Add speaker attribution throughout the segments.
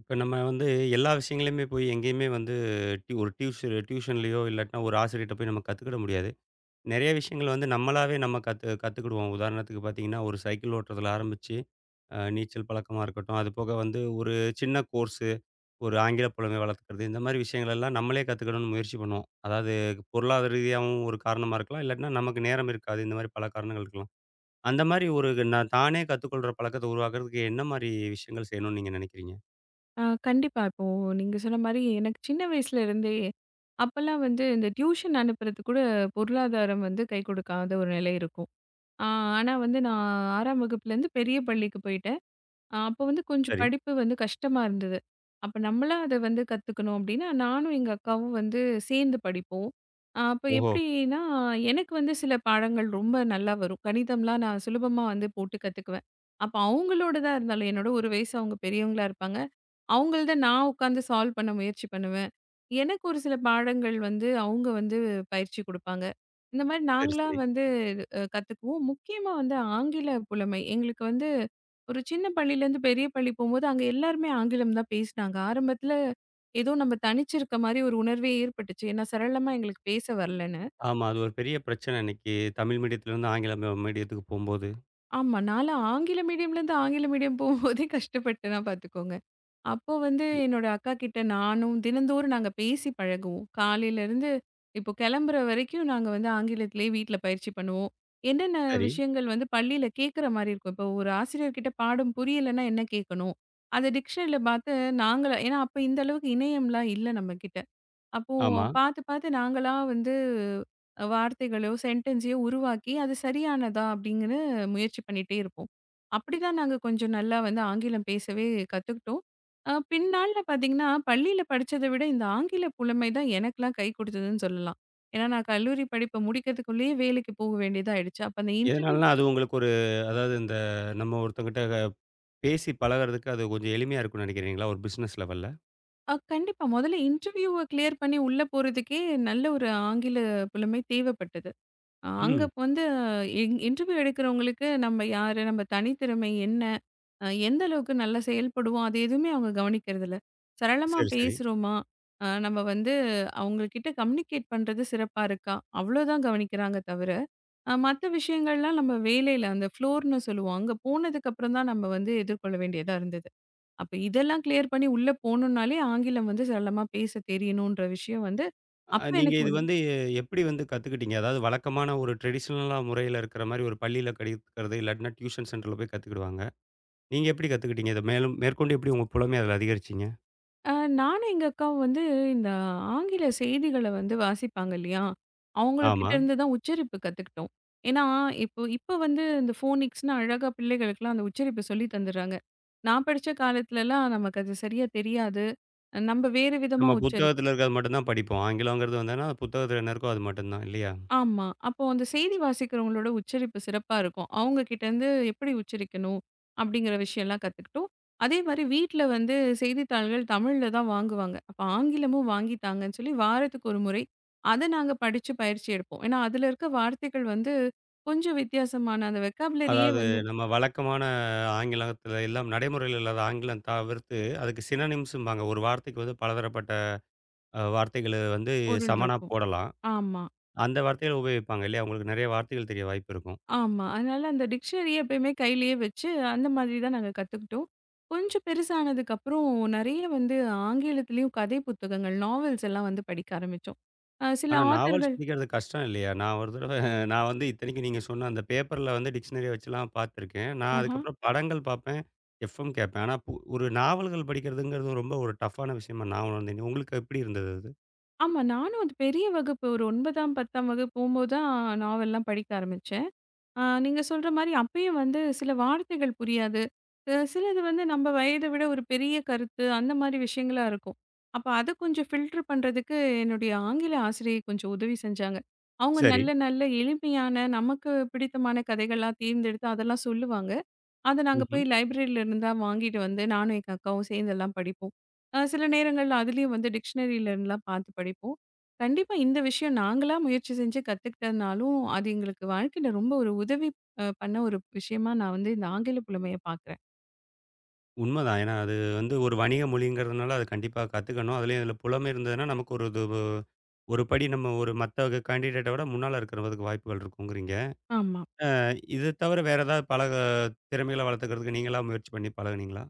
Speaker 1: இப்ப நம்ம வந்து எல்லா விஷயங்களையுமே போய் எங்கேயுமே வந்து ஒரு டியூஷன்லயோ இல்லாட்டினா ஒரு ஆசிரியர்ட்ட போய் நம்ம கத்துக்கிட முடியாது. நெறைய விஷயங்கள் வந்து நம்மளாவே நம்ம கத்துக்கிடுவோம். உதாரணத்துக்கு பார்த்தீங்கன்னா, ஒரு சைக்கிள் ஓட்டுறதுல ஆரம்பிச்சு, நீச்சல் பழக்கமா இருக்கட்டும், அது போக வந்து ஒரு சின்ன கோர்ஸு, ஒரு ஆங்கில புலமை வளர்த்துக்கிறது, இந்த மாரி விஷயங்கள் எல்லாம் நம்மளே கத்துக்கணும்னு முயற்சி பண்ணுவோம். அதாவது பொருளாதார ரீதியாவும் ஒரு காரணமா இருக்கலாம். இல்லாட்டினா நமக்கு நேரம் இருக்காது. இந்த மாரி பல காரணங்கள் இருக்கலாம். அந்த மாரி ஒரு நான் தானே கத்துக்கொள்ற பழக்கத்த உருவாக்குறதுக்கு என்ன மாரி விஷயங்கள் செய்யணும்னு நீங்க நினைக்கிறீங்க?
Speaker 2: கண்டிப்பா. இப்போ நீங்க சொன்ன மாரி எனக்கு சின்ன வயசுல இருந்தே, அப்பல்லாம் வந்து இந்த டியூஷன் அனுப்புறதுக்கு கூட பொருளாதாரம் வந்து கை கொடுக்காத ஒரு நிலை இருக்கும். ஆ ஆனா வந்து நான் 6ஆம் வகுப்புலேருந்து பெரிய பள்ளிக்கு போயிட்டேன். அப்போ வந்து கொஞ்சம்
Speaker 1: சரி.
Speaker 2: படிப்பு வந்து கஷ்டமா இருந்தது. அப்ப நம்மளா அத வந்து கத்துக்கணும் அப்டின்னா, நானும் எங்க அக்காவும் வந்து சேர்ந்து படிப்போம். அப்ப
Speaker 1: ஓஹோ!
Speaker 2: எப்டின்னா, எனக்கு வந்து சில பாடங்கள் ரொம்ப நல்லா வரும். கணிதம்லாம் நான் சுலபமா வந்து போட்டு கத்துக்குவேன். அப்ப அவங்களோடதா இருந்தாலும் என்னோட ஒரு வயசு அவங்க பெரியவங்களா இருப்பாங்க. அவங்கள்த நான் உட்காந்து சால்வ் பண்ண முயற்சி பண்ணுவேன். எனக்கு ஒரு சில பாடங்கள் வந்து அவங்க வந்து பயிற்சி குடுப்பாங்க. இந்த மாரி
Speaker 1: சரி,
Speaker 2: நாங்களா
Speaker 1: சரி.
Speaker 2: வந்து கத்துக்குவோம். முக்கியமா வந்து ஆங்கில புலமை. எங்களுக்கு வந்து ஒரு சின்ன பள்ளியிலேருந்து பெரிய பள்ளி போம்போது, அங்க எல்லாருமே ஆங்கிலம் தான் பேசினாங்க. ஆரம்பத்தில ஏதோ நம்ம தனிச்சு இருக்க மாரி ஒரு உணர்வே ஏற்பட்டுச்சு. ஏன்னா சரளமா எங்களுக்கு பேச வரல.
Speaker 1: ஆமா. அது ஒரு பெரிய பிரச்சனை இன்னைக்கு தமிழ் மீடியத்திலருந்து ஆங்கில மீடியத்துக்கு போம்போது.
Speaker 2: ஆமா. நான்லாம் ஆங்கில மீடியம்லேருந்து ஆங்கில மீடியம் போகும்போதே கஷ்டப்பட்டேன்னா பார்த்துக்கோங்க. அப்போ வந்து
Speaker 1: இ
Speaker 2: என்னோட அக்காகிட்ட நானும் தினந்தோறும் நாங்க பேசி பழகுவோம். காலையிலேருந்து இப்போ கிளம்புற வரைக்கும் நாங்க வந்து ஆங்கிலத்திலேயே வீட்ல பயிற்சி பண்ணுவோம். என்னென்ன
Speaker 1: சரி.
Speaker 2: விஷயங்கள் வந்து பள்ளியில கேட்குற மாரி இருக்கும். இப்போ ஒரு ஆசிரியர்கிட்ட பாடம் புரியலன்னா என்ன கேட்கணும்? அத டிக்ஷனரில பார்த்து நாங்கள ஏன்னா அப்ப இந்த அளவுக்கு இணையம்லாம் இல்ல நம்மகிட்ட. அப்போ
Speaker 1: ஆமா.
Speaker 2: பார்த்து பார்த்து நாங்களா வந்து வார்த்தைகளோ, சென்டென்ஸையோ உருவாக்கி, அது சரியானதா அப்டிங்கன்னு முயற்சி பண்ணிட்டே இருப்போம். அப்படிதான் நாங்க கொஞ்சம் நல்லா வந்து ஆங்கிலம் பேசவே கத்துக்கிட்டோம். பின்னாள்ல பார்த்தீங்கன்னா, பள்ளியில படிச்சத விட இந்த ஆங்கில புலமை தான் எனக்கெல்லாம் கை கொடுத்ததுன்னு சொல்லலாம். ஏன்னா நான் கல்லூரி படிப்ப முடிக்கிறதுக்குள்ளேயே வேலைக்கு போக வேண்டியதா ஆயிடுச்சு. அப்ப அந்த இன்டர்வியூ
Speaker 1: எதனாலன்னா, அது உங்களுக்கு ஒரு அதாவது இந்த நம்ம ஒருத்தங்கிட்ட பேசி பழகுறதுக்கு அது கொஞ்சம் எளிமையா இருக்கும்னு நினைக்கிறீங்களா? ஒரு பிசினஸ் லெவல்ல?
Speaker 2: கண்டிப்பா. முதல்ல இன்டர்வியூவ கிளியர் பண்ணி உள்ள போறதுக்கே நல்ல ஒரு ஆங்கில புலமை தேவைப்பட்டது. அங்க
Speaker 1: ம்.
Speaker 2: வந்து இன்டர்வியூ எடுக்கிறவங்களுக்கு நம்ம யாரு? நம்ம தனித்திறமை என்ன? எந்த அளவுக்கு நல்லா செயல்படுவோம்? அது எதுவுமே அவங்க கவனிக்கிறதில்ல. சரளமா
Speaker 1: சரி, சரி.
Speaker 2: பேசுறோமா? நம்ம வந்து அவங்ககிட்ட கம்யூனிகேட் பண்றது சிறப்பா இருக்கா? அவ்வளோதான் கவனிக்கிறாங்க தவிர, மத்த விஷயங்கள்லாம் நம்ம வேலையில அந்த ஃப்ளோர்ன்னு சொல்லுவோம். அங்க போனதுக்கு அப்புறம் தான் நம்ம வந்து எதிர்கொள்ள வேண்டியதா இருந்தது. அப்ப இதெல்லாம் கிளியர் பண்ணி உள்ள போணும்னாலே ஆங்கிலம் வந்து சரளமா பேச தெரியணுன்ற விஷயம் வந்து, அப்ப
Speaker 1: நீங்க
Speaker 2: எனக்கு
Speaker 1: இது வந்து எப்படி வந்து கத்துக்கிட்டீங்க? அதாவது வழக்கமான ஒரு ட்ரெடிஷனலா முறையில இருக்கிற மாரி ஒரு பள்ளியில கடிக்கிறது, இல்லாட்டினா டியூஷன் சென்டர்ல போய் கத்துக்கிடுவாங்க. நீங்க எப்படி கத்துக்கிட்டீங்க? இத மேலும் மேற்கொண்டு எப்படி உங்க புலமைய அதில அதிகரிச்சீங்க?
Speaker 2: அ நானும் எங்க அக்காவும் வந்து இந்த ஆங்கில செய்திகள வந்து வாசிப்பாங்க இல்லையா? அவங்கள்கிட்ட
Speaker 1: ஆமா.
Speaker 2: இருந்து தான் உச்சரிப்பு கத்துக்கிட்டோம். ஏன்னா, இப்போ இப்போ வந்து இந்த ஃபோனிக்ஸ்ன்னு அழகா பிள்ளைகளுக்குலாம் அந்த உச்சரிப்பு சொல்லி தந்துடுறாங்க. நான் படிச்ச காலத்துலலாம் நமக்கு அது சரியா தெரியாது. நம்ம வேறு விதமா
Speaker 1: நம்ம
Speaker 2: உச்சரிப்போம்.
Speaker 1: புத்தகத்துல இருக்கிறது மட்டும் தான் படிப்போம். ஆங்கிலங்கிறது வந்ததுன்னா, புத்தகத்துல என்ன இருக்கோ அது மட்டும் தான் இல்லையா?
Speaker 2: ஆமா. அப்போ அந்த செய்தி வாசிக்கிறவங்களோட உச்சரிப்பு சிறப்பா இருக்கும். அவங்க கிட்டேருந்து எப்படி உச்சரிக்கணும்? அப்படிங்கிற விஷயம்லாம் கத்துக்கிட்டோம். அதே மாரி வீட்ல வந்து செய்தித்தாள்கள் தமிழ்ல தான் வாங்குவாங்க. அப்ப ஆங்கிலமும் வாங்கி தாங்கன்னு சொல்லி வாரத்துக்கு ஒரு முறை அத நாங்க படிச்சு பயிற்சி எடுப்போம். ஏன்னா, அதுல இருக்க வார்த்தைகள் வந்து கொஞ்சம் வித்தியாசமான அந்த வெக்காபுலரியே
Speaker 1: அதாவது
Speaker 2: வந்து
Speaker 1: நம்ம வழக்கமான ஆங்கிலத்துல எல்லாம் நடைமுறையில இல்லாத ஆங்கிலம் தவிர்த்து, அதுக்கு சினோனிம்ஸ்ம்பாங்க. ஒரு வார்த்தைக்கு வந்து பலதரப்பட்ட வார்த்தைகள வந்து
Speaker 2: பொருள்
Speaker 1: சமனா
Speaker 2: இருக்கும்.
Speaker 1: போடலாம்.
Speaker 2: ஆமா.
Speaker 1: அந்த வார்த்தைகள உபயோகிப்பாங்க இல்லையா? உங்களுக்கு நெறைய வார்த்தைகள் தெரிய வாய்ப்பு இருக்கும்.
Speaker 2: ஆமா. அதனால அந்த டிக்ஷனரிய எப்பயுமே கையிலேயே வச்சு, அந்த மாதிரி தான் நாங்க கத்துக்கிட்டோம். கொஞ்சம் பெருசானதுக்கப்புறம் நெறைய வந்து ஆங்கிலத்திலயும் கதை புத்தகங்கள், நாவல்ஸ் எல்லாம் வந்து படிக்க ஆரம்பிச்சோம். சில
Speaker 1: ஆனா, நாவல்ஸ்
Speaker 2: ஆத்தர்கள்
Speaker 1: படிக்கிறது கஷ்டம் இல்லையா? நான் ஒரு தடவ நான் வந்து இத்தனைக்கும் நீங்க சொன்ன அந்த பேப்பர்ல வந்து டிக்ஷனரி வச்சுலாம் பார்த்துருக்கேன். நான்
Speaker 2: ஆஹா.
Speaker 1: அதுக்கப்புறம் படங்கள் பார்ப்பேன். எஃப்எம் கேட்பேன். ஆனா, ஒரு நாவல்கள் படிக்கிறதுங்கிறது ரொம்ப ஒரு டஃப்பான விஷயமா நான் உணர்ந்தேன். உங்களுக்கு எப்படி இருந்தது அது?
Speaker 2: ஆமா. நானும் அது பெரிய வகுப்பு ஒரு 9ஆம், 10ஆம் வகுப்பு போம்போது தான் நாவல்லாம் படிக்க ஆரம்பிச்சேன். ஆ, நீங்க சொல்ற மாரி அப்பயும் வந்து சில வார்த்தைகள் புரியாது. சிலது வந்து நம்ம வயத விட ஒரு பெரிய கருத்து, அந்த மாரி விஷயங்களா இருக்கும். அப்ப அத கொஞ்சம் ஃபில்டர் பண்றதுக்கு என்னுடைய ஆங்கில ஆசிரியை கொஞ்சம் உதவி செஞ்சாங்க. அவங்க
Speaker 1: சரி.
Speaker 2: நல்ல, நல்ல எளிமையான, நமக்கு பிடித்தமான கதைகள்லாம் தேர்ந்தெடுத்து அதெல்லாம் சொல்லுவாங்க. அத நாங்க
Speaker 1: ம்ஹ்ம்.
Speaker 2: போய் லைப்ரரில இருந்தா வாங்கிட்டு வந்து, நானும் எங்க அக்காவும் சேர்ந்தெல்லாம் படிப்போம். சில நேரங்கள்ல அதுலயும் வந்து டிக்ஷனரில இருந்துலாம் பார்த்து படிப்போம். கண்டிப்பா இந்த விஷயம் நாங்களா முயற்சி செஞ்சு கத்துக்கிட்டதுனாலும், அது எங்களுக்கு வாழ்க்கையில ரொம்ப ஒரு உதவி பண்ண ஒரு விஷயமா நான் வந்து இந்த ஆங்கில புலமைய பார்க்குறேன்.
Speaker 1: உண்மதான். ஏன்னா, அது வந்து ஒரு வணிக மொழிங்கிறதுனால அது கண்டிப்பா கத்துக்கணும். அதுலயும் இதுல புலமை இருந்ததுன்னா, நமக்கு ஒரு இது ஒரு படி நம்ம ஒரு மத்த கேண்டிடேட்ட விட முன்னால இருக்கிறதுக்கு வாய்ப்புகள் இருக்குங்கிறீங்க.
Speaker 2: ஆமா.
Speaker 1: அ இது தவிர வேற ஏதாவது பழக திறமைகள வளர்த்துக்கிறதுக்கு நீங்களா முயற்சி பண்ணி பழகுனீங்களா?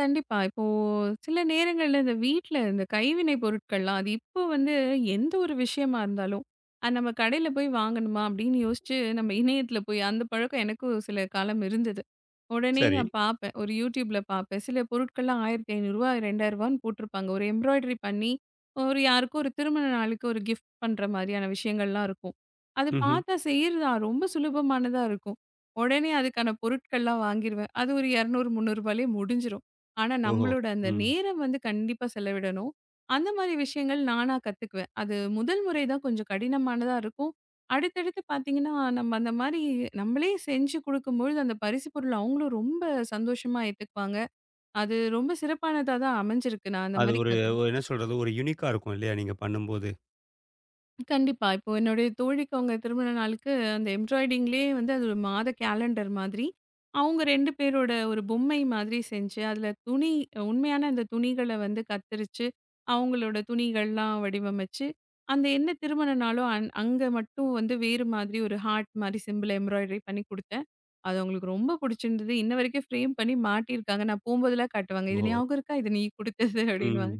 Speaker 2: கண்டிப்பா. இப்போ சில நேரங்கள்ல இந்த வீட்ல இந்த கைவினை பொருட்கள்லாம், அது இப்போ வந்து எந்த ஒரு விஷயமா இருந்தாலும், அது நம்ம கடையில போய் வாங்கணுமா அப்படின்னு யோசிச்சு, நம்ம இணையத்தில போய் அந்த பழக்கம் எனக்கும் சில காலம் இருந்தது. உடனே
Speaker 1: சரி.
Speaker 2: நான் பார்ப்பேன். ஒரு YouTubeல பார்ப்பேன். சில பொருட்கள்லாம் ரூ. 1500 ரூ. 2000ன்னு போட்டிருப்பாங்க. ஒரு எம்ப்ராய்டரி பண்ணி, ஒரு யாருக்கோ ஒரு திருமண நாளுக்கு ஒரு கிஃப்ட் பண்ற மாதிரியான விஷயங்கள்லாம் இருக்கும். அது
Speaker 1: ம்ஹ்ம்.
Speaker 2: பார்த்தா செய்றதா ரொம்ப சுலபமானதா இருக்கும். உடனே அதுக்கான பொருட்கள்லாம் வாங்கிருவேன். அது ஒரு ரூ. 200, 300லே முடிஞ்சிரும். ஆனா,
Speaker 1: ஓஹோ!
Speaker 2: நம்மளோட அந்த
Speaker 1: ம்.
Speaker 2: நேரம் வந்து கண்டிப்பா செலவிடணும். அந்த மாரி விஷயங்கள் நானா கத்துக்குவேன். அது முதல் முறை தான் கொஞ்சம் கடினமானதா இருக்கும். அடுத்தடுத்து பார்த்தீங்கன்னா, நம்ம அந்த மாரி நம்மளே செஞ்சு குடுக்கும்பொழுது, அந்த பரிசு பொருள் அவங்களும் ரொம்ப சந்தோஷமா ஏத்துக்குவாங்க. அது ரொம்ப சிறப்பானதா தான் அமைஞ்சிருக்கு. நான் அந்த
Speaker 1: அது
Speaker 2: மாரி
Speaker 1: ஒரு
Speaker 2: கத்
Speaker 1: ஒரு என்ன சொல்றது, ஒரு யூனிக்கா இருக்கும் இல்லையா? நீங்க பண்ணும்போது.
Speaker 2: கண்டிப்பா. இப்போ என்னுடைய தோழிக்கு அவங்க திருமண நாளுக்கு அந்த எம்ப்ராய்டிங்லேயே வந்து அது ஒரு மாத கேலண்டர் மாதிரி, அவங்க 2 பேரோட ஒரு பொம்மை மாதிரி செஞ்சு, அதில துணி உண்மையான அந்த துணிகள வந்து கத்தரிச்சு, அவங்களோட துணிகள்லாம் வடிவமைச்சு, அந்த என்ன திருமண நாளோ அங்க மட்டும் வந்து வேறு மாதிரி ஒரு ஹார்ட் மாதிரி சிம்பிள் எம்ப்ராய்டரி பண்ணி குடுத்தேன். அது அவங்களுக்கு ரொம்ப புடிச்சிருந்தது. இன்ன வரைக்கும் ஃப்ரேம் பண்ணி மாட்டியிருக்காங்க. நான் போம்போதெல்லாம் காட்டுவாங்க. "இது
Speaker 1: ஓஹோ!
Speaker 2: ஞாபகம் இருக்கா? இது நீ குடுத்தது"
Speaker 1: ம்.
Speaker 2: அப்படின்னுவாங்க.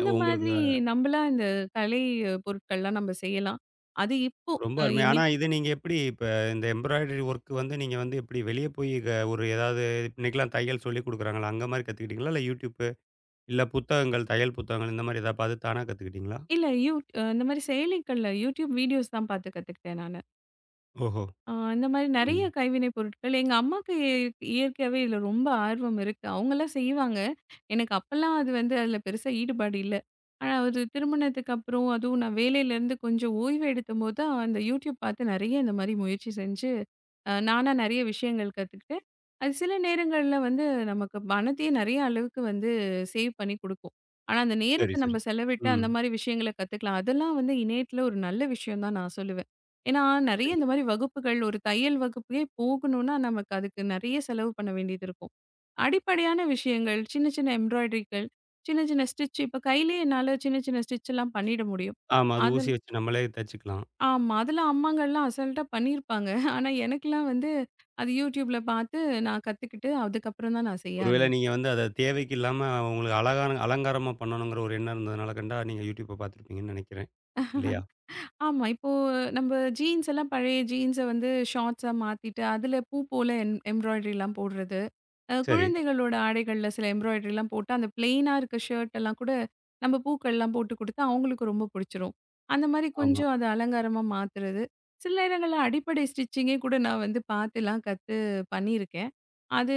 Speaker 1: உங்களுக்கு
Speaker 2: மாதிரி நம்பளா இந்த கலை பொருட்கள்லாம் நம்ம செய்யலாம். அது இப்போ
Speaker 1: ரொம்ப
Speaker 2: அ
Speaker 1: அருமை.
Speaker 2: இனி
Speaker 1: ஆனா இது நீங்க எப்படி இப்ப இந்த எம்ப்ராய்டரி ஒர்க் வந்து நீங்க வந்து எப்படி வெளிய போய் ஒரு ஏதாவது இன்னைக்கெல்லாம் தையல் சொல்லிக் குடுக்குறாங்கல்ல, அந்த மாரி கத்துக்கிட்டீங்களா? இல்ல YouTube இல்ல புத்தகங்கள், தையல் புத்தகங்கள் இந்த மாரி ஏதாவது பார்த்து தானா கத்துக்கிட்டீங்களா?
Speaker 2: இல்ல யூ இந்த மாரி செயலிகள்ல YouTube வீடியோஸ் தான் பார்த்து கத்துக்கிட்டேன் நானு.
Speaker 1: ஓஹோ!
Speaker 2: இந்த மாரி நெறைய
Speaker 1: ம்.
Speaker 2: கைவினை பொருட்கள் எங்க அம்மாக்கு இயற்கையாவே இதுல ரொம்ப ஆர்வம் இருக்கு. அவங்கலாம் செய்வாங்க. எனக்கு அப்பலாம் அது வந்து அதுல பெருசா ஈடுபாடு இல்ல. ஆனா ஒரு திருமணத்துக்கு அப்புறம் அதுவும் நான் வேலையிலேருந்து கொஞ்சம் ஓய்வு எடுத்தபோது தான் அந்த YouTube பார்த்து நெறைய இந்த மாரி முயற்சி செஞ்சு நானா நெறைய விஷயங்கள் கத்துக்கிட்டேன். அது சில நேரங்கள்ல வந்து நமக்கு பணத்தையே நெறைய அளவுக்கு வந்து சேவ் பண்ணி குடுக்கும். ஆனா, அந்த
Speaker 1: சரி,
Speaker 2: நேரத்த
Speaker 1: சரி.
Speaker 2: நம்ம செலவிட்டு
Speaker 1: ம்.
Speaker 2: அந்த மாரி விஷயங்கள கத்துக்கலாம். அதெல்லாம் வந்து இணையத்துல ஒரு நல்ல விஷயம் தான் நான் சொல்லுவேன். ஏன்னா, நெறைய இந்த
Speaker 1: கண்டிப்பா.
Speaker 2: மாரி வகுப்புகள் ஒரு தையல் வகுப்புக்கே போகணும்னா, நமக்கு அதுக்கு நெறைய செலவு பண்ண வேண்டியது இருக்கும். அடிப்படையான விஷயங்கள், சின்ன சின்ன எம்ப்ராய்டரிகள், சின்ன சின்ன ஸ்டிட்ச் இப்ப கையிலேயே என்னால சின்ன சின்ன ஸ்டிட்ச் எல்லாம் பண்ணிட முடியும்.
Speaker 1: ஆமா. அது ஊசி
Speaker 2: அதெல்லாம்
Speaker 1: வச்சு நம்மளே தச்சுக்கலாம்.
Speaker 2: ஆமா. அதுல அம்மாங்கலாம் அசால்ட்டா பண்ணியிருப்பாங்க. ஆனா எனக்கெல்லாம் வந்து அது YouTubeல பார்த்து நான் கத்துக்கிட்டு, அதுக்கப்புறம் தான் நான் செய்ய
Speaker 1: ஒருவேளை நீங்க
Speaker 2: ஆரம்பிச்சேன்.
Speaker 1: வந்து அத தேவைக்கு இல்லாம உங்களுக்கு அழகான அலங்காரமா பண்ணணுங்கிற ஒரு எண்ணம் இருந்ததுனால கண்டா, நீங்க YouTubeஅ பார்த்துருப்பீங்கன்னு நெனைக்கிறேன். இல்லையா?
Speaker 2: ஆமா. இப்போ நம்ப ஜீன்ஸ் எல்லாம் பழைய ஜீன்ஸ வந்து ஷார்ட்ஸா மாத்திட்டு, அதுல பூ போல எம்ப்ராய்டரிலாம் போடுறது.
Speaker 1: சரி.
Speaker 2: குழந்தைகளோட ஆடைகள்ல சில எம்ப்ராய்டரிலாம் போட்டு, அந்த பிளெயினா இருக்க ஷர்ட் எல்லாம் கூட நம்ம பூக்கள்லாம் போட்டு குடுத்தா, அவங்களுக்கு ரொம்ப புடிச்சிரும். அந்த மாரி
Speaker 1: ஆமா.
Speaker 2: கொஞ்சம் அத அலங்காரமா மாத்துறது. சில நேரங்கள்ல அடிப்படை ஸ்டிச்சிங்கே கூட நான் வந்து பாத்துலாம் கத்து பண்ணியிருக்கேன். அது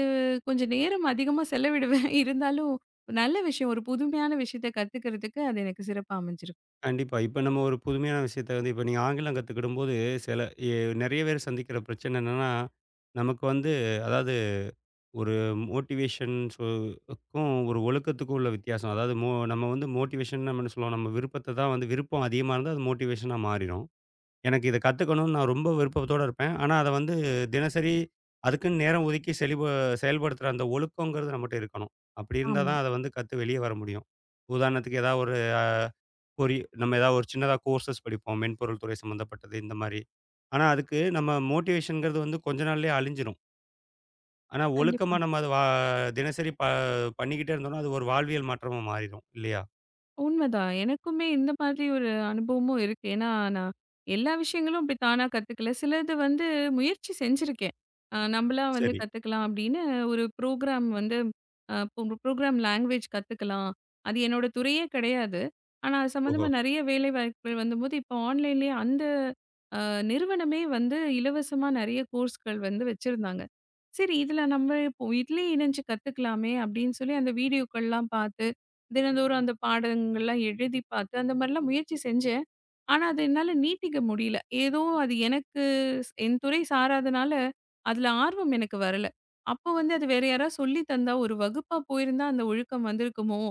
Speaker 2: கொஞ்சம் நேரம் அதிகமா செலவிடுவேன். இருந்தாலும் நல்ல விஷயம். ஒரு புதுமையான விஷயத்த கத்துக்கிறதுக்கு அது எனக்கு சிறப்பா அமைஞ்சிருக்கு.
Speaker 1: கண்டிப்பா. இப்ப நம்ம ஒரு புதுமையான விஷயத்த வந்து இப்ப நீங்க ஆங்கிலம் கத்துக்கிடும்போது, சில எ நெறைய பேர் சந்திக்கிற பிரச்சனை என்னன்னா, நமக்கு வந்து அதாவது ஒரு மோட்டிவேஷன் க்கும் ஒரு ஒழுக்கத்துக்கும் உள்ள வித்தியாசம். அதாவது நம்ம வந்து மோட்டிவேஷன் நம்ம என்ன சொல்லுவோம், நம்ம விருப்பத்த தான் வந்து விருப்பம் அதிகமா இருந்தா அது மோட்டிவேஷனா மாறிரும். எனக்கு இத கத்துக்கணும்னு நான் ரொம்ப விருப்பத்தோட இருப்பேன். ஆனா, அத வந்து தினசரி அதுக்குன்னு நேரம் ஒதுக்கி செயல்படுத்துற அந்த ஒழுக்கங்கிறது நம்மட்ட இருக்கணும். அப்படி இருந்தா
Speaker 2: ஆமா.
Speaker 1: தான் அத வந்து வெளிய வர முடியும். உதாரணத்துக்கு ஏதாவது அ ஒரு நம்ம ஏதாவது ஒரு சின்னதா கோர்சஸ் படிப்போம். மென்பொருள் துறை சம்மந்தப்பட்டது இந்த மாரி. ஆனா, அதுக்கு நம்ம மோட்டிவேஷன்ங்கிறது வந்து கொஞ்ச நாள்லயே அழிஞ்சிரும். ஆனா, ஒழுக்கமா
Speaker 2: கண்டிப்பா.
Speaker 1: நம்ம அத தினசரி பண்ணிக்கிட்டே இருந்தோம்னா, அது ஒரு வாழ்வியல் மாற்றமா மாறிரும் இல்லையா?
Speaker 2: உண்மதான். எனக்குமே இந்த மாதிரி ஒரு அனுபவமும் இருக்கு. ஏன்னா, நான் எல்லா விஷயங்களும் அப்படி தானா கத்துக்கல. சிலது வந்து முயற்சி செஞ்சிருக்கேன். நம்பளா வந்து
Speaker 1: சரி.
Speaker 2: கத்துக்கலாம் அப்படின்னு ஒரு ப்ரோகிராம் வந்து அ ஒரு ப்ரோகிராம் லாங்குவேஜ் கத்துக்கலாம். அது என்னோட துறையே கிடையாது. ஆனா, அது
Speaker 1: ஓஹோ!
Speaker 2: சம்மந்தமா நெறைய வேலை வாய்ப்புகள் வந்தபோது, இப்போ ஆன்லைன்லேயே அந்த நிறுவனமே வந்து இலவசமா நெறைய கோர்ஸ்கள் வந்து வச்சிருந்தாங்க. சரி இதுல நம்ம இப்போ இதுலயே இணைஞ்சு கத்துக்கலாமே அப்படின்னு சொல்லி அந்த வீடியோக்கள்லாம் பார்த்து, தினந்தோறும் அந்த பாடங்கள்லாம் எழுதி பார்த்து, அந்த மாரிலாம் முயற்சி செஞ்சேன். ஆனா அது என்னால நீட்டிக்க முடியல. ஏதோ அது எனக்கு என் துறை சாராதனால, அதுல ஆர்வம் எனக்கு வரல. அப்போ வந்து அது வேற யாராவது சொல்லி தந்தா, ஒரு வகுப்பா போயிருந்தா அந்த ஒழுக்கம் வந்திருக்குமோ!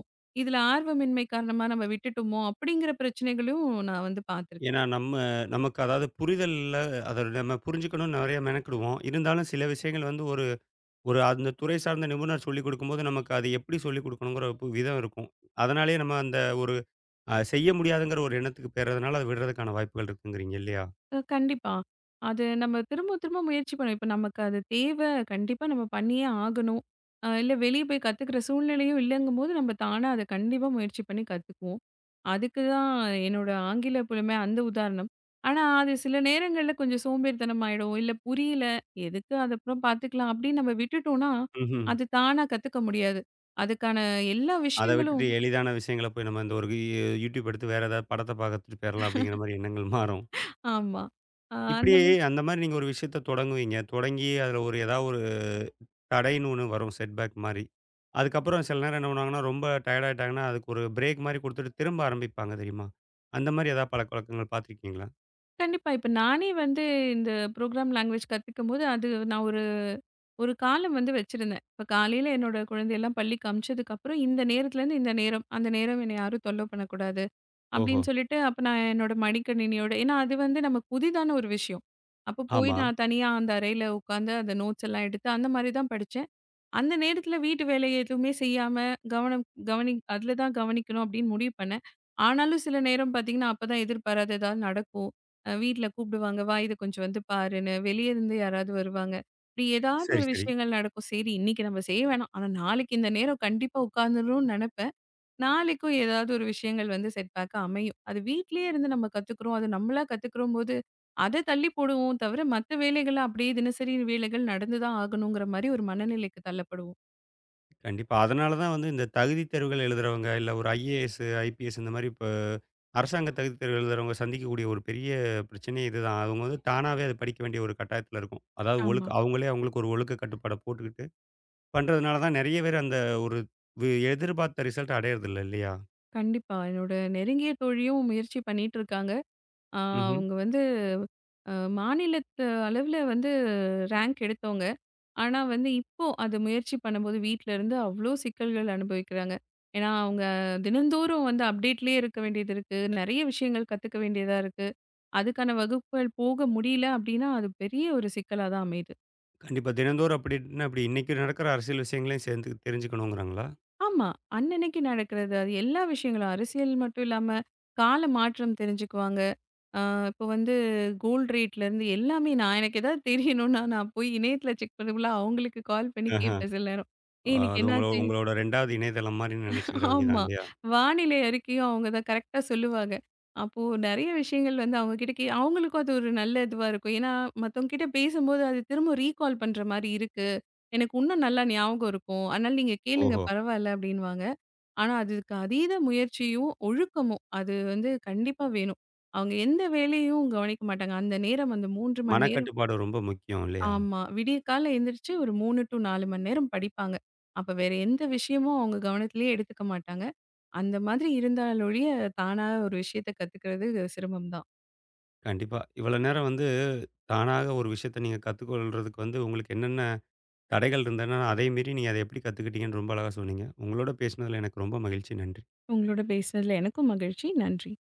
Speaker 2: இதுல ஆர்வமின்மை காரணமா நம்ம விட்டுட்டோமோ! அப்படிங்கிற பிரச்சனைகளையும் நான் வந்து
Speaker 1: ஏன்னா
Speaker 2: பார்த்துருக்கேன்.
Speaker 1: நமக்கு அதாவது புரிதல்ல அத நம்ம புரிஞ்சுக்கணும்னு நெறைய மெனக்கிடுவோம். இருந்தாலும் சில விஷயங்கள் வந்து ஒரு ஒரு அந்த துறை சார்ந்த நிபுணர் சொல்லிக் குடுக்கும்போது, நமக்கு அது எப்படி சொல்லிக் குடுக்கணுங்கிற விதம் இருக்கும். அதனாலேயே நம்ம அந்த ஒரு செய்ய முடியாதுங்கிற ஒரு எண்ணத்துக்கு போயிறதுனால, அத விடுறதுக்கான வாய்ப்புகள் இருக்குங்கிறீங்க இல்லையா?
Speaker 2: கண்டிப்பா. அது நம்ம திரும்ப திரும்ப முயற்சி பண்ணணும். இப்ப நமக்கு அது தேவை, கண்டிப்பா நம்ம பண்ணியே ஆகணும். இல்ல வெளிய போய் கத்துக்கிற சூழ்நிலையும் இல்லங்கும்போது, நம்ம தானா அத கண்டிப்பா முயற்சி பண்ணி கத்துக்குவோம். அதுக்கு தான் என்னோட ஆங்கில புலமை அந்த உதாரணம். ஆனா, அது சில நேரங்கள்ல கொஞ்சம் சோம்பேறித்தனம் ஆயிடும். இல்ல புரியல, எதுக்கு அது அப்புறம் பார்த்துக்கலாம் அப்படின்னு நம்ம விட்டுட்டோம்னா,
Speaker 1: ம்ஹ்ம்.
Speaker 2: அது தானா கத்துக்க முடியாது. அதுக்கான எல்லா
Speaker 1: அத
Speaker 2: விஷயங்களும்
Speaker 1: விட்டுட்டு எளிதான விஷயங்கள போய் நம்ம இந்த ஒரு YouTube எடுத்து வேற ஏதாவது படத்த பாத்துட்டு போயிறலாம் அப்படிங்கிற மாரி எண்ணங்கள் மாறும்.
Speaker 2: ஆமா. அ
Speaker 1: இப்படி
Speaker 2: அந்த
Speaker 1: அந்த மாரி நீங்க ஒரு விஷயத்த தொடங்குவீங்க. தொடங்கி அதில ஒரு ஏதாவது ஒரு தடைன்னு ஒண்ணு வரும் செட்பேக் மாரி. அதுக்கப்புறம் சில நேரம் என்ன பண்ணுவாங்கன்னா, ரொம்ப டயர்ட் ஆயிட்டாங்கன்னா, அதுக்கு ஒரு பிரேக் மாரி குடுத்துட்டு திரும்ப ஆரம்பிப்பாங்க தெரியுமா? அந்த மாரி ஏதாவது பழக்கவழக்கங்கள் பார்த்துருக்கீங்களா?
Speaker 2: கண்டிப்பா. இப்ப நானே வந்து இந்த ப்ரோக்ராம் லாங்குவேஜ் கத்துக்கும்போது, அது நான் ஒரு ஒரு காலம் வந்து வச்சிருந்தேன். இப்ப காலையில என்னோட குழந்தையெல்லாம் பள்ளிக்கு அனுப்பிச்சதுக்கப்புறம், இந்த நேரத்துலேருந்து இந்த நேரம், அந்த நேரம் என்ன யாரும் தொல்ல பண்ணக்கூடாது
Speaker 1: ஓஹோ!
Speaker 2: அப்படின்னு சொல்லிட்டு, அப்ப நான் என்னோட மடிக்கணினியோட ஏன்னா அது வந்து நமக்கு புதிதான ஒரு விஷயம். அப்ப போய்
Speaker 1: ஆமா.
Speaker 2: நான் தனியா அந்த அறையில உட்காந்து அந்த நோட்ஸ் எல்லாம் எடுத்து அந்த மாரி தான் படிச்சேன். அந்த நேரத்துல வீட்டு வேலை எதுவுமே செய்யாம கவனம் கவனி அதுல தான் கவனிக்கணும் அப்படின்னு முடிவு பண்ணேன். ஆனாலும் சில நேரம் பார்த்தீங்கன்னா, அப்பதான் எதிர்பாராத ஏதாவது நடக்கும். வீட்ல கூப்பிடுவாங்க, "வா இத கொஞ்சம் வந்து பாருன்னு." வெளிய இருந்து யாராவது வருவாங்க. இப்படி ஏதாவது
Speaker 1: சரி,
Speaker 2: ஒரு
Speaker 1: சரி.
Speaker 2: விஷயங்கள் நடக்கும். சரி இன்னைக்கு நம்ம செய்ய வேணாம். ஆனா நாளைக்கு இந்த நேரம் கண்டிப்பா உட்காந்துரணும்னு நெனப்பேன். நாளைக்கும் ஏதாவது ஒரு விஷயங்கள் வந்து செட் பேக்கா அமையும். அது வீட்லயே இருந்து நம்ம கத்துக்கிறோம். அது நம்மளா கத்துக்கிறோம்போது, அத தள்ளி போடுவோம் தவிர, மத்த வேலைகள்லாம் அப்படியே தினசரி வேலைகள் நடந்து தான் ஆகணுங்கிற மாரி ஒரு மனநிலைக்கு தள்ளப்படுவோம்.
Speaker 1: கண்டிப்பா. அதனால தான் வந்து இந்த தகுதி தேர்வுகள் எழுதுறவங்க, இல்ல ஒரு ஐஏஎஸ், ஐபிஎஸ் இந்த மாரி இப்ப அரசாங்க தகுதி தேர்வு எழுதுறவங்க சந்திக்கக்கூடிய ஒரு பெரிய பிரச்சனையே இதுதான். அவங்க வந்து தானாவே அத படிக்க வேண்டிய ஒரு கட்டாயத்தில இருக்கும். அதாவது
Speaker 2: ஆமா.
Speaker 1: அவங்களே அவங்களுக்கு ஒரு ஒழுக்க கட்டுப்பாட போட்டுக்கிட்டு பண்றதுனால தான் நெறைய பேர் அந்த ஒரு எதிர்பார்த்த ரிசல்ட்ட அடையறதில்ல இல்லையா?
Speaker 2: கண்டிப்பா. என்னோட நெருங்கிய தோழியும் முயற்சி பண்ணிட்டு இருக்காங்க. அ
Speaker 1: ம்ஹ்ம்.
Speaker 2: அவங்க வந்து அ மாநிலத்து அளவுல வந்து ரேங்க் எடுத்தவங்க. ஆனா வந்து இப்போ அது முயற்சி பண்ணும்போது வீட்ல இருந்து அவ்ளோ சிக்கல்கள் அனுபவிக்கிறாங்க. ஏன்னா, அவங்க தினந்தோறும் வந்து அப்டேட்லயே இருக்க வேண்டியது இருக்கு. நெறைய விஷயங்கள் கத்துக்க வேண்டியதா இருக்கு. அதுக்கான வகுப்புகள் போக முடியல அப்டின்னா, அது பெரிய ஒரு சிக்கலா தான் அமையுது.
Speaker 1: கண்டிப்பா தினந்தோறும் அப்டின்னா எப்டி இன்னைக்கு நடக்கிற அரசியல் விஷயங்களையும் சேர்ந்து தெரிஞ்சுக்கணுங்கிறாங்களா?
Speaker 2: ஆமா. அன்னன்னைக்கு நடக்கிறது. அது எல்லா விஷயங்களும் அரசியல் மட்டும் இல்லாம, கால மாற்றம் தெரிஞ்சுக்குவாங்க. ஆ இப்போ வந்து கோல்ட் ரேட்லேருந்து எல்லாமே நான் எனக்கு ஏதாவது தெரியணும்னா, நான் போய் இணையத்தில செக் பண்ணக்குள்ள அவங்களுக்கு கால் பண்ணி
Speaker 1: ஆஹ.
Speaker 2: கேட்பேன் சில நேரம். "ஏய் இன்னைக்கு
Speaker 1: அது உங்களோ
Speaker 2: என்னாச்சு?"
Speaker 1: உங்களோட 2வது இணையதளம் மாரி நெனச்சுக்கிட வேண்டியதான்
Speaker 2: ஆமா.
Speaker 1: இல்லையா?
Speaker 2: வானிலை அறிக்கையும் அவங்க தான் கரெக்ட்டா சொல்லுவாங்க. அப்போ நெறைய விஷயங்கள் வந்து அவங்க கிட்ட அவங்களுக்கும் அது ஒரு நல்ல இதுவா இருக்கும். ஏன்னா மத்தவங்க கிட்ட பேசும்போது அது திரும்ப ரீகால் பண்ற மாரி இருக்கு. எனக்கு இன்னும் நல்லா ஞாபகம் இருக்கும். அதனால நீங்க கேளுங்க
Speaker 1: ஓஹோ!
Speaker 2: பரவால்ல அப்படின்னுவாங்க. ஆனா, அதுக்கு அதீத முயற்சியும், ஒழுக்கமும் அது வந்து கண்டிப்பா வேணும். அவங்க எந்த வேலையும் கவனிக்க மாட்டாங்க. அந்த நேரம் அந்த 3 மணி நேரம்
Speaker 1: மனக்கட்டுப்பாடு ரொம்ப முக்கியம் இல்லையா?
Speaker 2: ஆமா. விடியற்காலைல எந்திரிச்சு ஒரு 3 டூ 4 மணி நேரம் படிப்பாங்க. அப்ப வேற எந்த விஷயமும் அவங்க கவனத்திலேயே எடுத்துக்க மாட்டாங்க. அந்த மாதிரி இருந்தாலொழிய, தானா ஒரு விஷயத்த கத்துக்கிறது சிரமம் தான்.
Speaker 1: கண்டிப்பா. இவ்வளோ நேரம் வந்து தானாக ஒரு விஷயத்த நீங்க கத்துக்கொள்றதுக்கு வந்து உங்களுக்கு என்னென்ன தடைகள் இருந்ததுன்னா, அதை மீறி நீங்க அத எப்டி கத்துக்கிட்டீங்கன்னு ரொம்ப அழகா சொன்னீங்க. உங்களோட பேசினதுல எனக்கு ரொம்ப மகிழ்ச்சி. நன்றி.
Speaker 2: உங்களோட பேசினதுல எனக்கும் மகிழ்ச்சி. நன்றி.